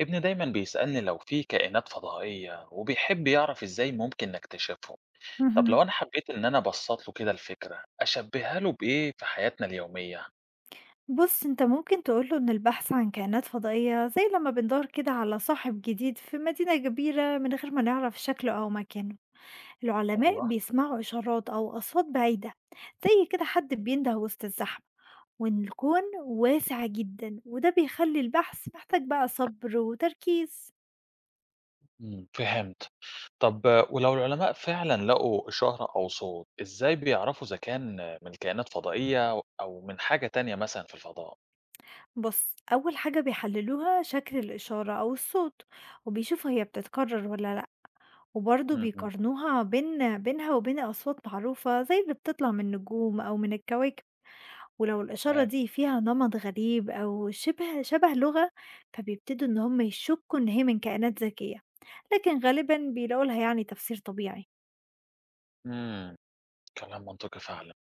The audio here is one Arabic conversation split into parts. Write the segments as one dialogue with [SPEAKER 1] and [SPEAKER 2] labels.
[SPEAKER 1] ابني دايما بيسألني لو في كائنات فضائية وبيحب يعرف ازاي ممكن نكتشفهم. طب
[SPEAKER 2] اهم.
[SPEAKER 1] لو انا حبيت ان انا ابسط له كده الفكرة اشبهها له بايه في حياتنا اليومية؟
[SPEAKER 2] بُص، أنت ممكن تقول له إن البحث عن كائنات فضائية زي لمّا بندور كده على صاحب جديد في مدينة كبيرة من غير ما نعرف شكله أو مكانه، العلماء
[SPEAKER 1] ايوه.
[SPEAKER 2] بيسمعوا إشارات أو أصوات بعيدة زي كده حد بينده وسط الزحمة، وإن الكون واسع جدًا وده بيخلي البحث محتاج بقى صبر وتركيز.
[SPEAKER 1] مم. فهمت. طب ولو العلماء فعلا لقوا إشارة او صوت، ازاي بيعرفوا اذا كان من كائنات فضائية او من حاجة تانية مثلا في الفضاء؟
[SPEAKER 2] بُص، أول حاجة بيحللوها شكل الإشارة أو الصوت وبيشوفوا هي بتتكرر والّا لأ. وبرضه
[SPEAKER 1] مهم.
[SPEAKER 2] بيقارنوها بينها وبين أصوات معروفة زي اللي بتطلع من النجوم أو من الكواكب ولو الإشارة
[SPEAKER 1] تمام.
[SPEAKER 2] دي فيها نمط غريب أو شبه لغة فبيبتدوا إن هم يشكوا إن هي من كائنات ذكية لكن غالبا بيلاقوا لها يعني تفسير طبيعي.
[SPEAKER 1] مم. كلام منطقي فعلا.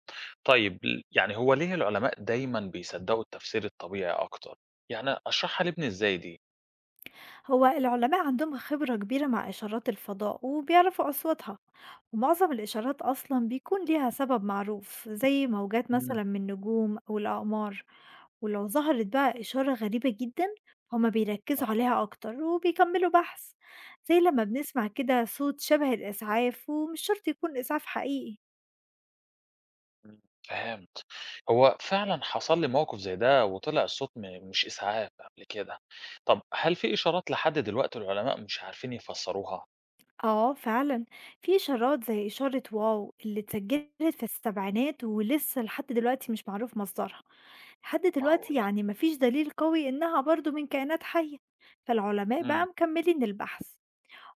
[SPEAKER 1] طيب يعني هو ليه العلماء دايما بيصدقوا التفسير الطبيعي اكتر؟ يعني اشرحها لابني ازاي دي؟
[SPEAKER 2] هو العلماء عندهم خبرة كبيرة مع إشارات الفضاء وبيعرفوا أصواتها، ومعظم الإشارات أصلا بيكون ليها سبب معروف زي موجات
[SPEAKER 1] إمم،
[SPEAKER 2] مثلا من نجوم أو الأقمار، ولو ظهرت بقى إشارة غريبة جدًا هُم بيركّزوا
[SPEAKER 1] أها،
[SPEAKER 2] عليها أكتر وبيكمّلوا بحث، زي لمّا بنسمع كده صوت شبه الإسعاف ومش شرط يكون إسعاف حقيقي.
[SPEAKER 1] إمم، فهمت. هو فعلًا حصل لي موقف زي ده وطلع الصوت مش إسعاف قبل كده. طب هل في إشارات لحد دلوقتي العلماء مش عارفين يفسروها؟
[SPEAKER 2] آه فعلًا، في إشارات زي إشارة واو اللي اتسجّلت في السبعينات ولسه لحد دلوقتي مش معروف مصدرها. لحد دلوقتي
[SPEAKER 1] معقولة!
[SPEAKER 2] يعني ما فيش دليل قوي إنها برضه من كائنات حية، فالعلماء
[SPEAKER 1] إمم.
[SPEAKER 2] بقى مكمّلين البحث.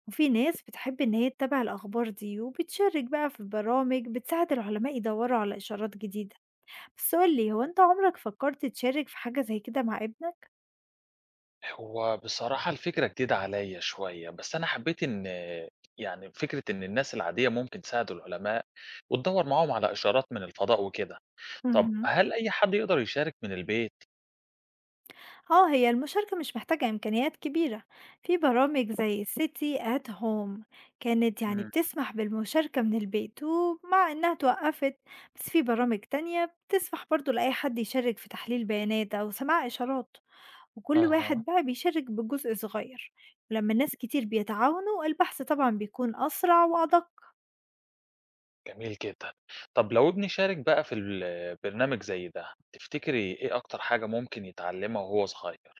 [SPEAKER 2] وفي ناس بتحب إن هي تتابع الأخبار دي وبتشارك بقى في برامج بتساعد العلماء يدوروا على إشارات جديدة. بس قولي هو أنت عمرك فكرت تشارك في حاجة زي كده مع ابنك؟
[SPEAKER 1] هو بصراحة الفكرة جديدة عليّا شوية، بس أنا حبيت يعني فكرة إن الناس العادية ممكن تساعد العلماء وتدوّر معاهم على إشارات من الفضاء وكده. طب
[SPEAKER 2] مهم.
[SPEAKER 1] هل أي حد يقدر يشارك من البيت؟
[SPEAKER 2] اه هي المشاركة مش محتاجة إمكانيات كبيرة، في برامج زي سيتي أت هوم كانت يعني
[SPEAKER 1] إمم،
[SPEAKER 2] بتسمح بالمشاركة من البيت ومع إنها توقفت، بس في برامج تانية بتسمح برضو لأي حد يشارك في تحليل بيانات أو سماع إشارات، وكل
[SPEAKER 1] أها.
[SPEAKER 2] واحد بقى بيشارك بجزء صغير، ولما الناس كتير بيتعاونوا البحث طبعا بيكون أسرع وأدق.
[SPEAKER 1] جميل جدًا. طب لو ابني شارك بقى في برنامج زي ده، تفتكري إيه أكتر حاجة ممكن يتعلمها وهو صغير؟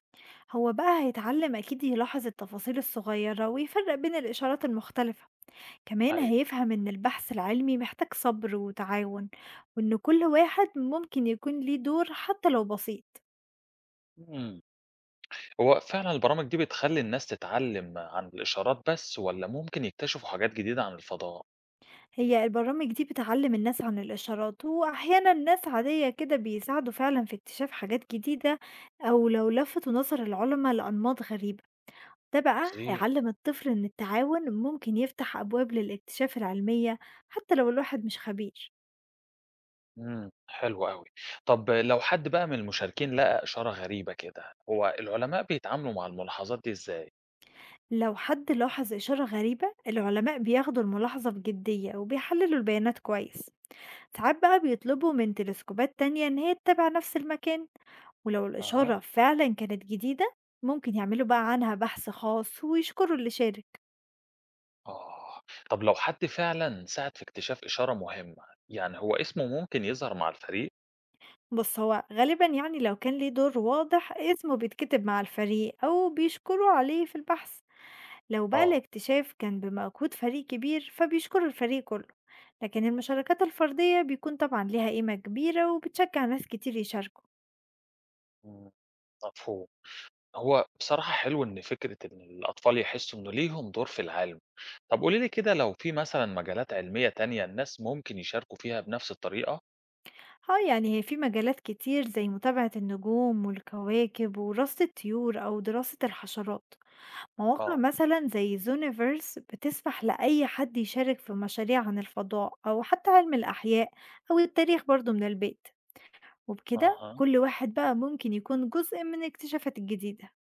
[SPEAKER 2] هو بقى هيتعلم أكيد يلاحظ التفاصيل الصغيرة ويفرق بين الإشارات المختلفة، كمان
[SPEAKER 1] أيوه.
[SPEAKER 2] هيفهم إن البحث العلمي محتاج صبر وتعاون، وإن كل واحد ممكن يكون ليه دور حتى لو بسيط.
[SPEAKER 1] إمم. هو فعلًا البرامج دي بتخلّي الناس تتعلم عن الإشارات بس والّا ممكن يكتشفوا حاجات جديدة عن الفضاء؟
[SPEAKER 2] هي البرامج دي بتعلم الناس عن الإشارات وأحيانا ناس عادية كده بيساعدوا فعلا في اكتشاف حاجات جديدة، أو لو لفتوا نظر العلماء لأنماط غريبة ده بقى
[SPEAKER 1] عظيم.
[SPEAKER 2] هيعلم الطفل إن التعاون ممكن يفتح أبواب للاكتشاف العلمية، حتى لو الواحد مش خبير.
[SPEAKER 1] إمم. حلو أوي. طب لو حد بقى من المشاركين لقى إشارة غريبة كده، هو العلماء بيتعاملوا مع الملاحظات دي إزاي؟
[SPEAKER 2] لو حد لاحظ إشارة غريبة العلماء بياخدوا الملاحظة بجدية وبيحللوا البيانات كويس، ساعات بقى بيطلبوا من تلسكوبات تانية إن هي تتابع نفس المكان، ولو
[SPEAKER 1] أها.
[SPEAKER 2] الإشارة فعلا كانت جديدة ممكن يعملوا بقى عنها بحث خاص ويشكروا اللي شارك.
[SPEAKER 1] آه. طب لو حد فعلًا ساعد في اكتشاف إشارة مهمة، يعني هو اسمه ممكن يظهر مع الفريق؟
[SPEAKER 2] بص هو غالبا يعني لو كان ليه دور واضح اسمه بيتكتب مع الفريق أو بيشكروا عليه في البحث، لو بقى
[SPEAKER 1] آه.
[SPEAKER 2] الاكتشاف كان بمجهود فريق كبير فبيشكروا الفريق كله، لكن المشاركات الفردية بيكون طبعا ليها قيمة كبيرة وبتشجع ناس كتير يشاركوا.
[SPEAKER 1] إمم، مفهوم. هو بصراحة حلو إن فكرة إن الأطفال يحسّوا إنه ليهم دور في العالم. طب قولي لي كده لو في مثلًا مجالات علمية تانية الناس ممكن يشاركوا فيها بنفس الطريقة؟
[SPEAKER 2] اه يعني هي في مجالات كتير زي متابعة النجوم والكواكب ودراسة الطيور أو دراسة الحشرات، مواقع
[SPEAKER 1] آه،
[SPEAKER 2] مثلا زي زونيفرس بتسمح لأي حد يشارك في مشاريع عن الفضاء أو حتى علم الأحياء أو التاريخ برضو من البيت، وبكده
[SPEAKER 1] أها،
[SPEAKER 2] كل واحد بقى ممكن يكون جزء من الاكتشافات الجديدة.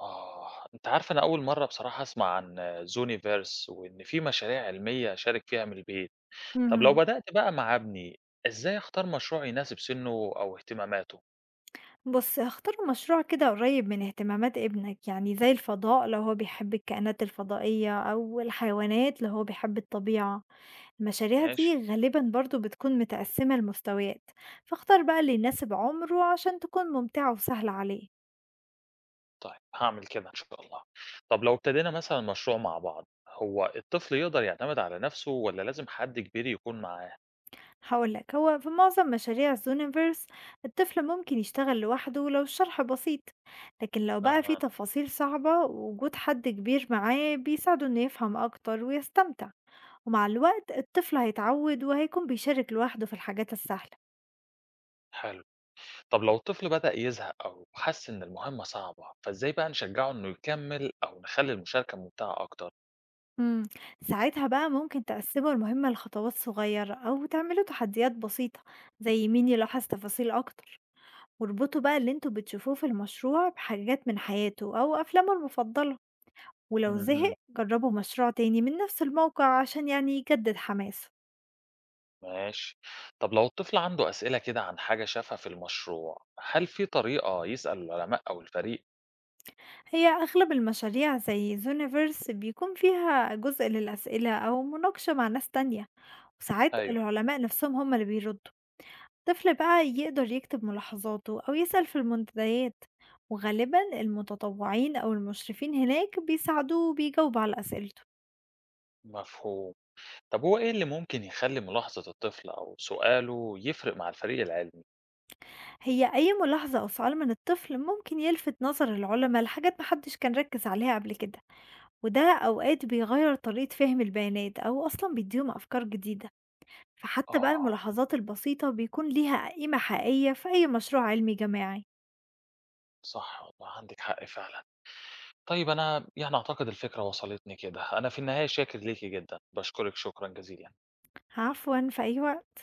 [SPEAKER 1] آه. أنت عارفة أنا أول مرّة بصراحة أسمع عن Zooniverse وإن في مشاريع علمية أشارك فيها من البيت. طب لو
[SPEAKER 2] مهم.
[SPEAKER 1] بدأت بقى مع ابني، إزاي أختار مشروع يناسب سِنّه أو اهتماماته؟
[SPEAKER 2] بُص، اختار مشروع كده قريب من اهتمامات ابنك، يعني زي الفضاء لو هو بيحب الكائنات الفضائية أو الحيوانات لو هو بيحب الطبيعة. المشاريع
[SPEAKER 1] ماشي.
[SPEAKER 2] دي غالبًا برضه بتكون متقسمة لمستويات، فاختار بقى اللي يناسب عمره عشان تكون ممتعة وسهلة عليه.
[SPEAKER 1] طيب هاعمل كده إن شاء الله. طب لو ابتدينا مثلًا مشروع مع بعض، هو الطفل يقدر يعتمد على نَفْسه والّا لازم حد كبير يكون معاه؟
[SPEAKER 2] هاقول لك، هو في معظم مشاريع الزونيفرس الطفل ممكن يشتغل لوحده لو الشرح بسيط، لكن لو بقى في
[SPEAKER 1] أها،
[SPEAKER 2] تفاصيل صعبة وجود حد كبير معاه بيساعده إنه يفهم أكتر ويستمتع. ومع الوقت الطفل هيتعود وهيكون بيشارك لوحده في الحاجات السهلة.
[SPEAKER 1] حلو. طب لو الطفل بدأ يزهق أو حس إن المهمة صعبة، فإزاي بقى نشجّعه إنه يكمّل أو نخلّي المشاركة ممتعة أكتر؟
[SPEAKER 2] امم ساعتها بقى ممكن تقسموا المهمة لخطوات صغيرة أو تعملوا تحديات بسيطة زي مين يلاحظ تفاصيل أكتر، واربطوا بقى اللي انتوا بتشوفوه في المشروع بحاجات من حياته أو أفلامه المفضلة، ولو زهق
[SPEAKER 1] اهم،
[SPEAKER 2] جربوا مشروع تاني من نفس الموقع عشان يعني يجدد حماسه.
[SPEAKER 1] ماشي. طب لو الطفل عنده أسئلة كده عن حاجة شافها في المشروع، هل في طريقة يسأل العلماء أو الفريق؟
[SPEAKER 2] هي أغلب المشاريع زي زونيفرس بيكون فيها جزء للأسئلة أو مناقشة مع ناس تانية وساعات
[SPEAKER 1] أيوه،
[SPEAKER 2] العلماء نفسهم هم اللي بيردوا، الطفل بقى يقدر يكتب ملاحظاته أو يسأل في المنتديات وغالبا المتطوعين أو المشرفين هناك بيساعدوه وبيجاوبوا على أسئلته.
[SPEAKER 1] مفهوم. طب هو إيه اللي ممكن يخلّي ملاحظة الطفل أو سؤاله يفرق مع الفريق العلمي؟
[SPEAKER 2] هي أي ملاحظة أو سؤال من الطفل ممكن يلفت نظر العلماء لحاجات محدش كان ركز عليها قبل كده، وده أوقات بيغير طريقة فهم البيانات أو أصلا بيديهم أفكار جديدة، فحتى بقى
[SPEAKER 1] آه،
[SPEAKER 2] الملاحظات البسيطة بيكون ليها قيمة حقيقية في أي مشروع علمي جماعي.
[SPEAKER 1] صح والله عندِك حق فعلًا. طيب أنا يعني أعتقد الفكرة وصلتني كده، أنا في النهاية شاكر ليكِ جدًا، باشكرِك شكرًا جزيلًا.
[SPEAKER 2] عفوا في أي وقت.